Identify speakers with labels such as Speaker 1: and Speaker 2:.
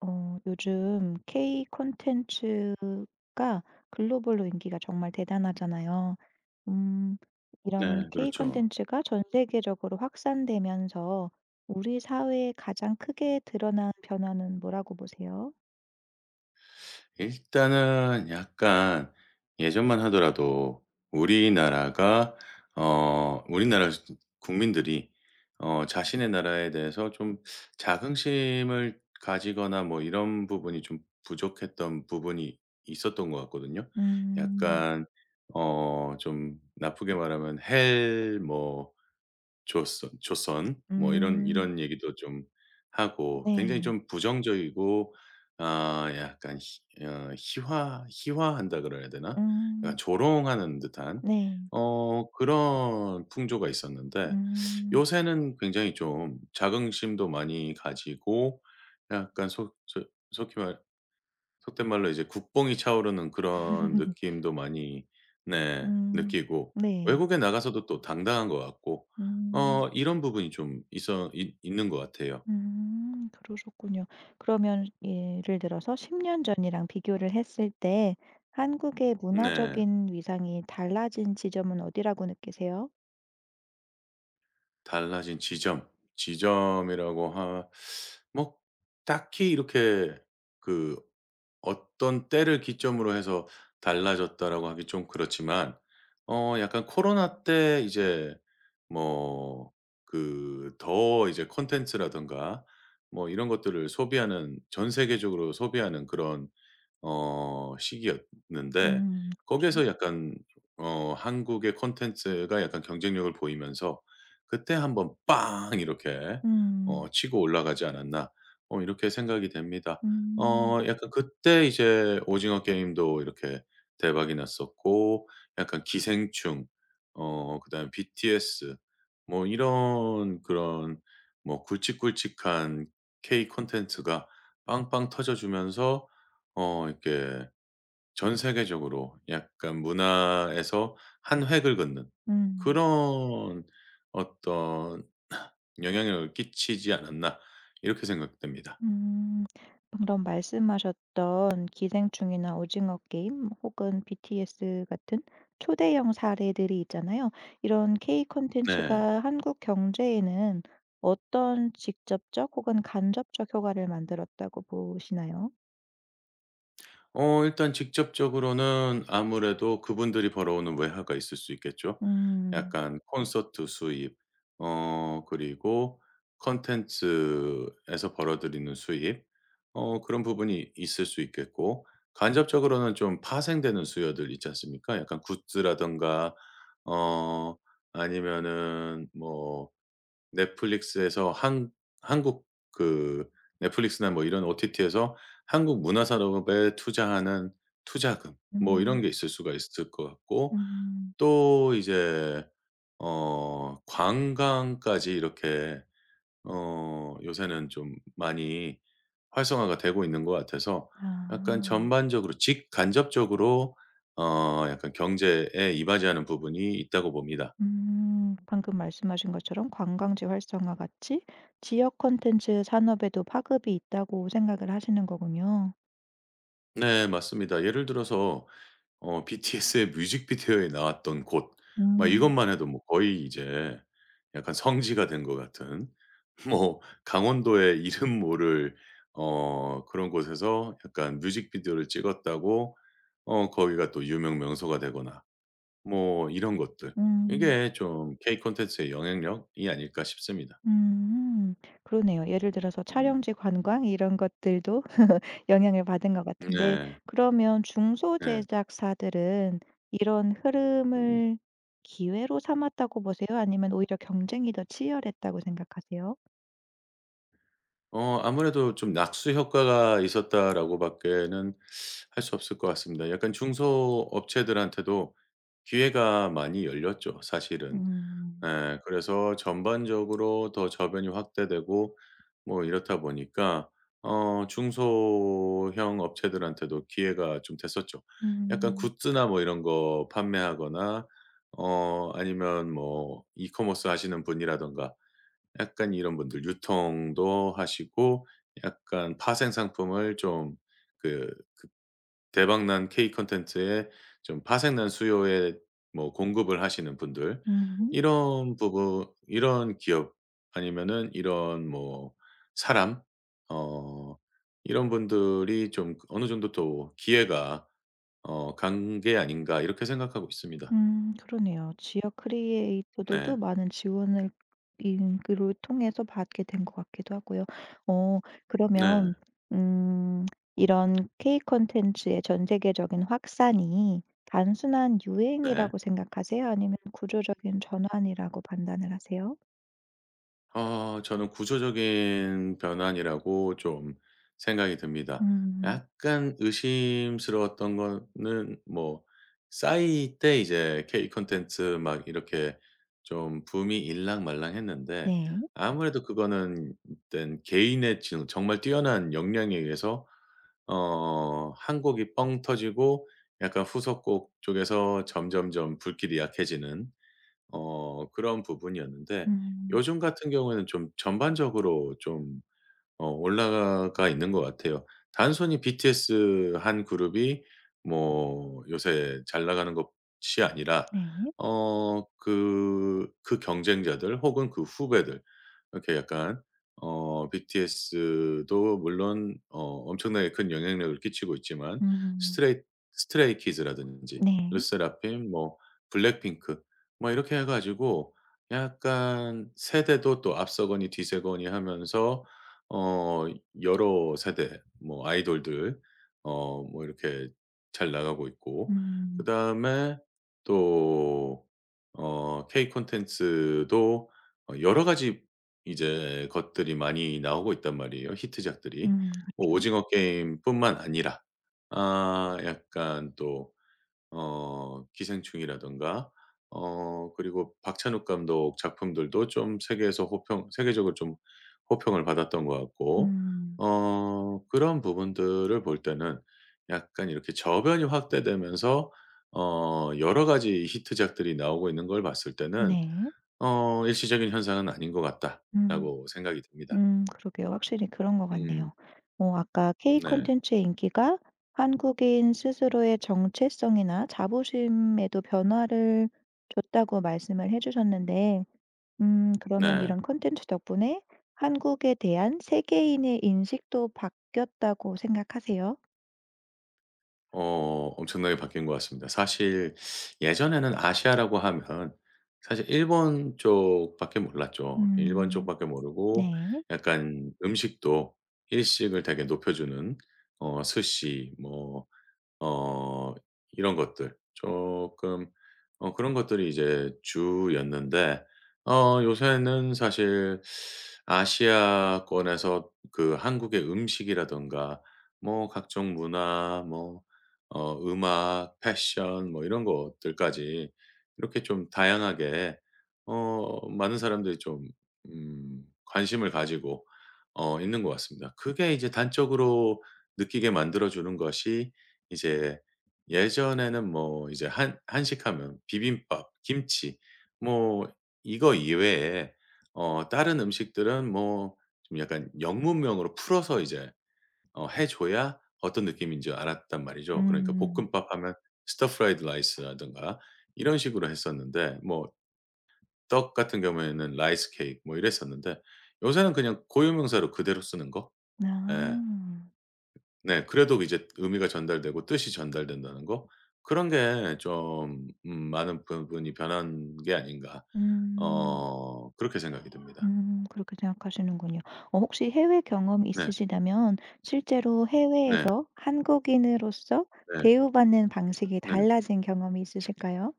Speaker 1: 요즘 K 콘텐츠가 글로벌로 인기가 정말 대단하잖아요. 음, 이런
Speaker 2: 네,
Speaker 1: K
Speaker 2: 그렇죠.
Speaker 1: 콘텐츠가 전 세계적으로 확산되면서 우리 사회에 가장 크게 드러난 변화는 뭐라고 보세요?
Speaker 2: 일단은 약간 예전만 하더라도 우리나라가 우리나라 국민들이 자신의 나라에 대해서 좀 자긍심을 가지거나 뭐 이런 부분이 좀 부족했던 부분이 있었던 것 같거든요.
Speaker 1: 음,
Speaker 2: 약간 좀 나쁘게 말하면 헬뭐 조선 뭐 이런
Speaker 1: 음,
Speaker 2: 이런 얘기도 좀 하고 굉장히
Speaker 1: 네,
Speaker 2: 좀 부정적이고 아 약간 희 희화 희화한다 그래야 되나? 약간
Speaker 1: 음,
Speaker 2: 조롱하는 듯한
Speaker 1: 네,
Speaker 2: 그런 풍조가 있었는데
Speaker 1: 음,
Speaker 2: 요새는 굉장히 좀 자긍심도 많이 가지고 약간 속 저 속히 말 속된 말로 이제 국뽕이 차오르는 그런 느낌도 많이 네,
Speaker 1: 음,
Speaker 2: 느끼고
Speaker 1: 네,
Speaker 2: 외국에 나가서도 또 당당한 것 같고
Speaker 1: 음.
Speaker 2: 이런 부분이 좀 있어 있 있는 것 같아요.
Speaker 1: 그러셨군요. 그러면 예를 들어서 10년 전이랑 비교를 했을 때 한국의
Speaker 2: 네.
Speaker 1: 문화적인 위상이 달라진 지점은 어디라고 느끼세요?
Speaker 2: 달라진 지점. 지점이라고 하 뭐 딱히 이렇게 그 어떤 때를 기점으로 해서 달라졌다라고 하기 좀 그렇지만 약간 코로나 때 이제 뭐 그 더 이제 콘텐츠라든가 뭐 이런 것들을 소비하는, 전 세계적으로 소비하는 그런 시기였는데
Speaker 1: 그죠
Speaker 2: 거기에서 네. 약간 한국의 콘텐츠가 약간 경쟁력을 보이면서 그때 한번 빵 이렇게
Speaker 1: 음.
Speaker 2: 치고 올라가지 않았나, 이렇게 생각이 됩니다.
Speaker 1: 음.
Speaker 2: 약간 그때 이제 오징어 게임도 이렇게 대박이 났었고 약간 기생충 그다음에 BTS 뭐 이런 그런 뭐 굵직굵직한 K 콘텐츠가 빵빵 터져 주면서 이렇게 전 세계적으로 약간 문화에서 한 획을 긋는
Speaker 1: 음.
Speaker 2: 그런 어떤 '영향력을 끼치지 않았나.' 이렇게 생각됩니다.
Speaker 1: 음. 방금 말씀하셨던 기생충이나 오징어 게임 혹은 BTS 같은 초대형 사례들이 있잖아요. 이런 K
Speaker 2: 네.
Speaker 1: 콘텐츠가 한국 경제에는 어떤 직접적 혹은 간접적 효과를 만들었다고 보시나요?
Speaker 2: 일단 직접적으로는 아무래도 그분들이 벌어오는 외화가 있을 수 있겠죠.
Speaker 1: 음.
Speaker 2: 약간 콘서트 수입, 그리고 콘텐츠에서 벌어들이는 수입, 그런 부분이 있을 수 있겠고, 간접적으로는 좀 파생되는 수요들 있지 않습니까? 약간 굿즈라든가 어 아니면은 뭐 넷플릭스에서 한 한국 그 넷플릭스나 뭐 이런 OTT에서 한국 문화 산업에 투자하는 투자금 뭐 이런
Speaker 1: 음.
Speaker 2: 게 있을 수가 있을 것 같고,
Speaker 1: 음.
Speaker 2: 또 이제 관광까지 이렇게 요새는 좀 많이 활성화가 되고 있는 것 같아서
Speaker 1: 아.
Speaker 2: 약간 전반적으로 직간접적으로 약간 경제에 이바지하는 부분이 있다고 봅니다.
Speaker 1: 음. 방금 말씀하신 것처럼 관광지 활성화 같이 지역 콘텐츠 산업에도 파급이 있다고 생각을 하시는 거군요.
Speaker 2: 네, 맞습니다. 예를 들어서 BTS의 뮤직비디오에 나왔던 곳, 막
Speaker 1: 음.
Speaker 2: 이것만 해도 뭐 거의 이제 약간 성지가 된 것 같은 뭐 강원도의 이름 모를 그런 곳에서 약간 뮤직비디오를 찍었다고 거기가 또 유명 명소가 되거나 뭐 이런 것들.
Speaker 1: 음.
Speaker 2: 이게 좀 K 콘텐츠의 영향력이 아닐까 싶습니다.
Speaker 1: 음. 그러네요. 예를 들어서
Speaker 2: 음.
Speaker 1: 촬영지 관광 이런 것들도 영향을 받은 것 같은데
Speaker 2: 네.
Speaker 1: 그러면 중소
Speaker 2: 네.
Speaker 1: 제작사들은 이런
Speaker 2: 음.
Speaker 1: 흐름을 기회로 삼았다고 보세요? 아니면 오히려 경쟁이 더 치열했다고 생각하세요?
Speaker 2: 아무래도 좀 '낙수 효과가 있었다.'라고 밖에는 할 수 없을 것 같습니다. 약간 중소업체들한테도 기회가 많이 열렸죠, 사실은.
Speaker 1: 음.
Speaker 2: 예, 그래서 전반적으로 더 저변이 확대되고 뭐 이렇다 보니까 중소형 업체들한테도 기회가 좀 됐었죠. 약간
Speaker 1: 음.
Speaker 2: 굿즈나 뭐 이런 거 판매하거나 아니면 뭐 이커머스 하시는 분이라든가 약간 이런 분들 유통도 하시고, 약간 파생 상품을 좀 그 대박 난 K 콘텐츠에 좀 파생 난 수요에 뭐 공급을 하시는 분들,
Speaker 1: 음.
Speaker 2: 이런 부분 이런 기업 아니면은 이런 뭐 사람 어 이런 분들이 좀 그 어느 정도 또 기회가 간 게 아닌가 이렇게 생각하고 있습니다.
Speaker 1: 그러네요. 지역 크리에이터들도
Speaker 2: 네.
Speaker 1: 많은 지원을 인 그를 통해서 받게 된 것 같기도 하고요. 어
Speaker 2: 네.
Speaker 1: 그러면 음 이런 K 콘텐츠의 전 세계적인 확산이 단순한
Speaker 2: 네.
Speaker 1: 유행이라고 생각하세요? 아니면 구조적인 전환이라고 판단을 하세요?
Speaker 2: 저는 구조적인 변환이라고 좀 생각이 듭니다.
Speaker 1: 음
Speaker 2: 약간 의심스러웠던 거는 뭐 싸이 때 이제 K 콘텐츠 막 이렇게 좀 붐이 일랑말랑했는데
Speaker 1: 네.
Speaker 2: 아무래도 그거는 일단 개인의 지 정말 뛰어난 역량에 의해서 한 곡이 뻥 터지고 약간 후속곡 쪽에서 점점점 불길이 약해지는 그런 부분이었는데
Speaker 1: 음
Speaker 2: 요즘 같은 경우에는 좀 전반적으로 좀 올라가 있는 것 같아요. 단순히 BTS 한 그룹이 뭐 요새 잘 나가는 것이 아니라
Speaker 1: 네.
Speaker 2: 그 그 경쟁자들 혹은 그 후배들 이렇게 약간 BTS도 물론 엄청나게 큰 영향력을 끼치고 있지만
Speaker 1: 음
Speaker 2: 스트레이 스트레이 키즈라든지
Speaker 1: 네.
Speaker 2: 르세라핌 뭐 블랙핑크 뭐 이렇게 해 가지고 약간 세대도 또 앞서거니 뒤세거니 하면서 어 여러 세대 뭐 아이돌들 뭐 이렇게 잘 나가고 있고
Speaker 1: 음.
Speaker 2: 그다음에 또 K 콘텐츠도 여러 가지 이제 것들이 많이 나오고 있단 말이에요, 히트작들이.
Speaker 1: 그
Speaker 2: 뭐
Speaker 1: 죠
Speaker 2: 오징어 게임뿐만 아니라 아 약간 또 기생충이라든가 그리고 박찬욱 감독 작품들도 좀 세계에서 호평, 세계적으로 좀 호평을 받았던 것 같고
Speaker 1: 음
Speaker 2: 그런 부분들을 볼 때는 약간 이렇게 저변이 확대되면서 여러 가지 히트작들이 나오고 있는 걸 봤을 때는
Speaker 1: 네.
Speaker 2: '일시적인 현상은 아닌 것
Speaker 1: 음.
Speaker 2: 같다.'라고 생각이 듭니다.
Speaker 1: 그러게요. 확실히 그런 것
Speaker 2: 음.
Speaker 1: 같네요. 아까 K
Speaker 2: 네.
Speaker 1: 콘텐츠의 인기가 한국인 스스로의 정체성이나 자부심에도 변화를 줬다고 말씀을 해 주셨는데 그러면
Speaker 2: 네.
Speaker 1: 이런 콘텐츠 덕분에 한국에 대한 세계인의 인식도 바뀌었다고 생각하세요?
Speaker 2: 엄청나게 바뀐 것 같습니다. 사실 예전에는 아시아라고 하면 사실 일본 쪽밖에 몰랐죠. 일본
Speaker 1: 음
Speaker 2: 쪽밖에 모르고
Speaker 1: 네.
Speaker 2: 약간 음식도 일식을 되게 높여 주는 스시 뭐 어 이런 것들 조금 그런 것들이 이제 주였는데, 요새는 사실 아시아권에서 그 한국의 음식이라든가 뭐 각종 문화 뭐 음악, 패션 뭐 이런 것들까지 이렇게 좀 다양하게 많은 사람들이 좀 관심을 가지고 있는 것 같습니다. 그게 이제 단적으로 느끼게 만들어 주는 것이 이제 예전에는 뭐 이제 한 한식하면 비빔밥, 김치 뭐 이거 이외에 다른 음식들은 뭐 좀 약간 영문명으로 풀어서 이제 해 줘야 어떤 느낌인지 알았단 말이죠. 그러니까
Speaker 1: 음.
Speaker 2: 볶음밥 하면 스터 프라이드 라이스라든가 이런 식으로 했었는데 뭐 떡 같은 경우에는 라이스 케이크 뭐 이랬었는데 요새는 그냥 고유명사로 그대로 쓰는 거.
Speaker 1: 아.
Speaker 2: 예. 네, 그래도 이제 의미가 전달되고 뜻이 전달된다는 거, 그런 게 좀 많은 부분이 변한 게 아닌가
Speaker 1: 음.
Speaker 2: 그렇게 생각이 듭니다.
Speaker 1: 그렇게 생각하시는군요. 혹시 해외 경험이
Speaker 2: 네.
Speaker 1: 있으시다면 실제로
Speaker 2: 네.
Speaker 1: 해외에서 한국인으로서
Speaker 2: 네.
Speaker 1: 대우받는 방식이
Speaker 2: 네.
Speaker 1: 달라진 경험이 있으실까요?